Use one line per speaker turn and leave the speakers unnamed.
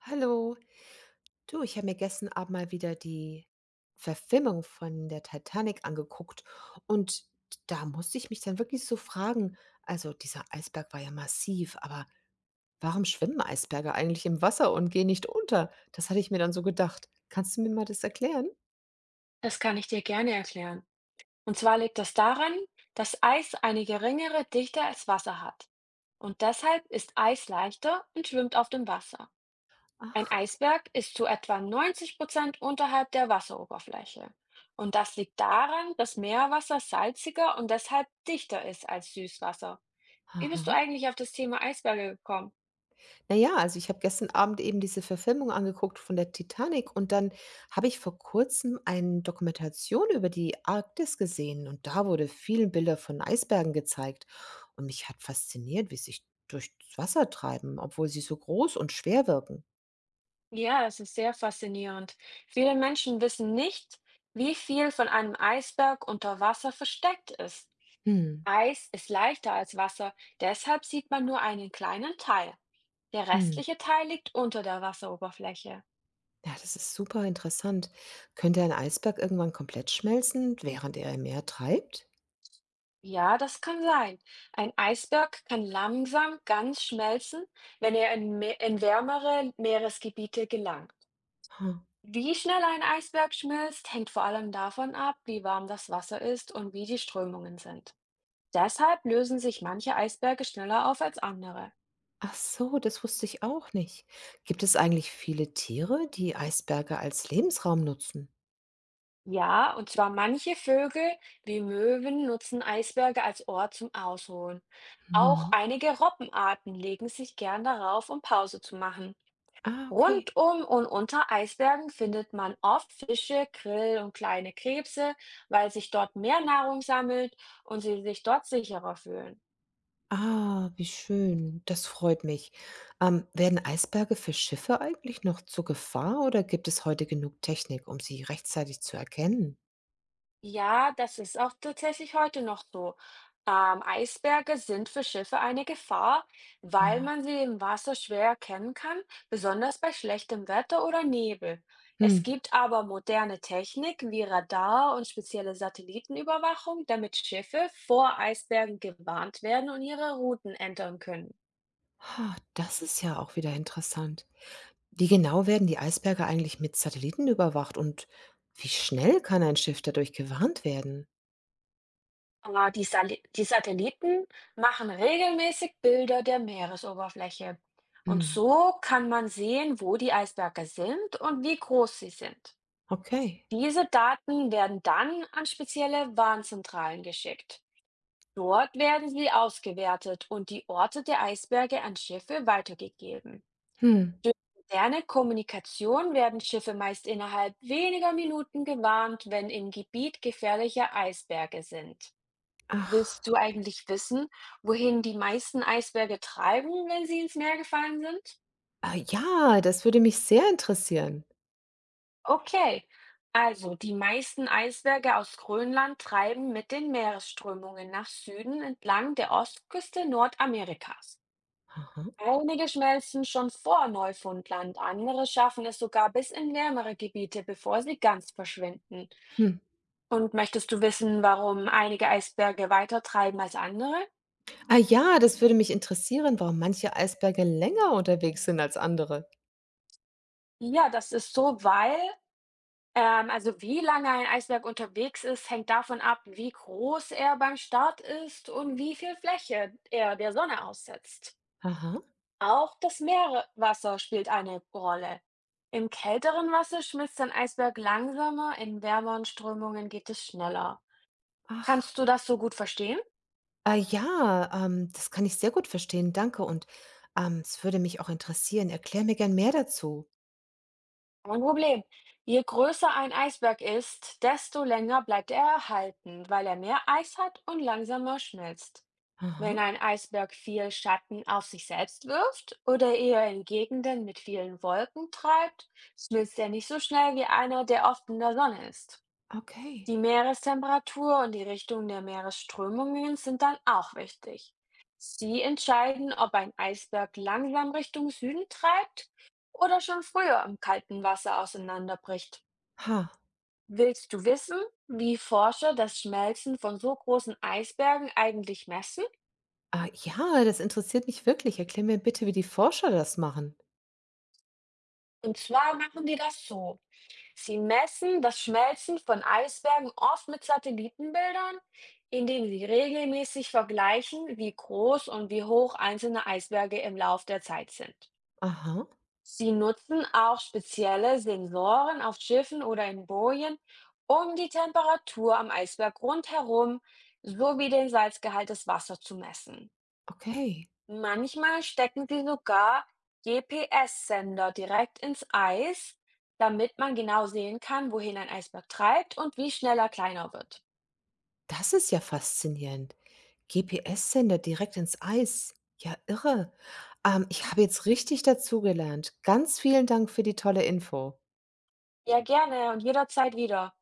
Hallo, du, ich habe mir gestern Abend mal wieder die Verfilmung von der Titanic angeguckt und da musste ich mich dann wirklich so fragen, also dieser Eisberg war ja massiv, aber warum schwimmen Eisberge eigentlich im Wasser und gehen nicht unter? Das hatte ich mir dann so gedacht. Kannst du mir mal das erklären?
Das kann ich dir gerne erklären. Und zwar liegt das daran, dass Eis eine geringere Dichte als Wasser hat. Und deshalb ist Eis leichter und schwimmt auf dem Wasser. Ein
Ach, okay.
Eisberg ist zu etwa 90% unterhalb der Wasseroberfläche. Und das liegt daran, dass Meerwasser salziger und deshalb dichter ist als Süßwasser. Wie bist du
Aha.
eigentlich auf das Thema Eisberge gekommen?
Na ja, also ich habe gestern Abend eben diese Verfilmung angeguckt von der Titanic und dann habe ich vor Kurzem eine Dokumentation über die Arktis gesehen und da wurde viele Bilder von Eisbergen gezeigt und mich hat fasziniert, wie sie sich durchs Wasser treiben, obwohl sie so groß und schwer wirken.
Ja, es ist sehr faszinierend. Viele Menschen wissen nicht, wie viel von einem Eisberg unter Wasser versteckt ist.
Hm,
Eis ist leichter als Wasser, deshalb sieht man nur einen kleinen Teil. Der
hm.
restliche Teil liegt unter der Wasseroberfläche.
Ja, das ist super interessant. Könnte ein Eisberg irgendwann komplett schmelzen, während er im Meer treibt?
Ja, das kann sein. Ein Eisberg kann langsam ganz schmelzen, wenn er in wärmere Meeresgebiete gelangt.
Hm.
Wie schnell ein Eisberg schmilzt, hängt vor allem davon ab, wie warm das Wasser ist und wie die Strömungen sind. Deshalb lösen sich manche Eisberge schneller auf als andere.
Ach so, das wusste ich auch nicht. Gibt es eigentlich viele Tiere, die Eisberge als Lebensraum nutzen?
Ja, und zwar manche Vögel wie Möwen nutzen Eisberge als Ort zum Ausruhen. Auch
Mhm.
einige Robbenarten legen sich gern darauf, um Pause zu machen.
Ah, okay.
Rund um und unter Eisbergen findet man oft Fische, Krill und kleine Krebse, weil sich dort mehr Nahrung sammelt und sie sich dort sicherer fühlen.
Ah, wie schön. Das freut mich. Werden Eisberge für Schiffe eigentlich noch zur Gefahr oder gibt es heute genug Technik, um sie rechtzeitig zu erkennen?
Ja, das ist auch tatsächlich heute noch so. Eisberge sind für Schiffe eine Gefahr, weil
Ah,
man sie im Wasser schwer erkennen kann, besonders bei schlechtem Wetter oder Nebel. Es
hm.
gibt aber moderne Technik wie Radar und spezielle Satellitenüberwachung, damit Schiffe vor Eisbergen gewarnt werden und ihre Routen ändern können.
Ah, das ist ja auch wieder interessant. Wie genau werden die Eisberge eigentlich mit Satelliten überwacht und wie schnell kann ein Schiff dadurch gewarnt werden?
Ah, die Sali die Satelliten machen regelmäßig Bilder der Meeresoberfläche. Und
Hm.
so kann man sehen, wo die Eisberge sind und wie groß sie sind.
Okay.
Diese Daten werden dann an spezielle Warnzentralen geschickt. Dort werden sie ausgewertet und die Orte der Eisberge an Schiffe weitergegeben.
Hm.
Moderne Kommunikation werden Schiffe meist innerhalb weniger Minuten gewarnt, wenn im Gebiet gefährliche Eisberge sind. Willst
Ach,
du eigentlich wissen, wohin die meisten Eisberge treiben, wenn sie ins Meer gefallen sind?
ah ja, das würde mich sehr interessieren.
Okay, also die meisten Eisberge aus Grönland treiben mit den Meeresströmungen nach Süden entlang der Ostküste Nordamerikas.
Aha.
Einige schmelzen schon vor Neufundland, andere schaffen es sogar bis in wärmere Gebiete, bevor sie ganz verschwinden.
Hm.
Und möchtest du wissen, warum einige Eisberge weiter treiben als andere?
Ah ja, das würde mich interessieren, warum manche Eisberge länger unterwegs sind als andere.
Ja, das ist so, weil also wie lange ein Eisberg unterwegs ist, hängt davon ab, wie groß er beim Start ist und wie viel Fläche er der Sonne aussetzt.
Aha.
Auch das Meerwasser spielt eine Rolle. Im kälteren Wasser schmilzt ein Eisberg langsamer, in wärmeren Strömungen geht es schneller.
Ach,
Kannst du das so gut verstehen?
ah ja, das kann ich sehr gut verstehen, danke. Und es würde mich auch interessieren. Erklär mir gern mehr dazu.
Kein Problem. Je größer ein Eisberg ist, desto länger bleibt er erhalten, weil er mehr Eis hat und langsamer schmilzt.
Aha,
Wenn ein Eisberg viel Schatten auf sich selbst wirft oder eher in Gegenden mit vielen Wolken treibt, schmilzt er nicht so schnell wie einer, der oft in der Sonne ist.
okay.
Die Meerestemperatur und die Richtung der Meeresströmungen sind dann auch wichtig. Sie entscheiden, ob ein Eisberg langsam Richtung Süden treibt oder schon früher im kalten Wasser auseinanderbricht.
Ha.
Willst du wissen, wie Forscher das Schmelzen von so großen Eisbergen eigentlich messen?
Ah, ja, das interessiert mich wirklich. Erklär mir bitte, wie die Forscher das machen.
Und zwar machen die das so. Sie messen das Schmelzen von Eisbergen oft mit Satellitenbildern, indem sie regelmäßig vergleichen, wie groß und wie hoch einzelne Eisberge im Lauf der Zeit sind.
Aha,
Sie nutzen auch spezielle Sensoren auf Schiffen oder in Bojen, um die Temperatur am Eisberg rundherum sowie den Salzgehalt des Wassers zu messen.
okay.
Manchmal stecken sie sogar GPS-Sender direkt ins Eis, damit man genau sehen kann, wohin ein Eisberg treibt und wie schnell er kleiner wird.
Das ist ja faszinierend. GPS-Sender direkt ins Eis. Ja, irre. Ich habe jetzt richtig dazugelernt. Ganz vielen Dank für die tolle Info.
Ja, gerne und jederzeit wieder.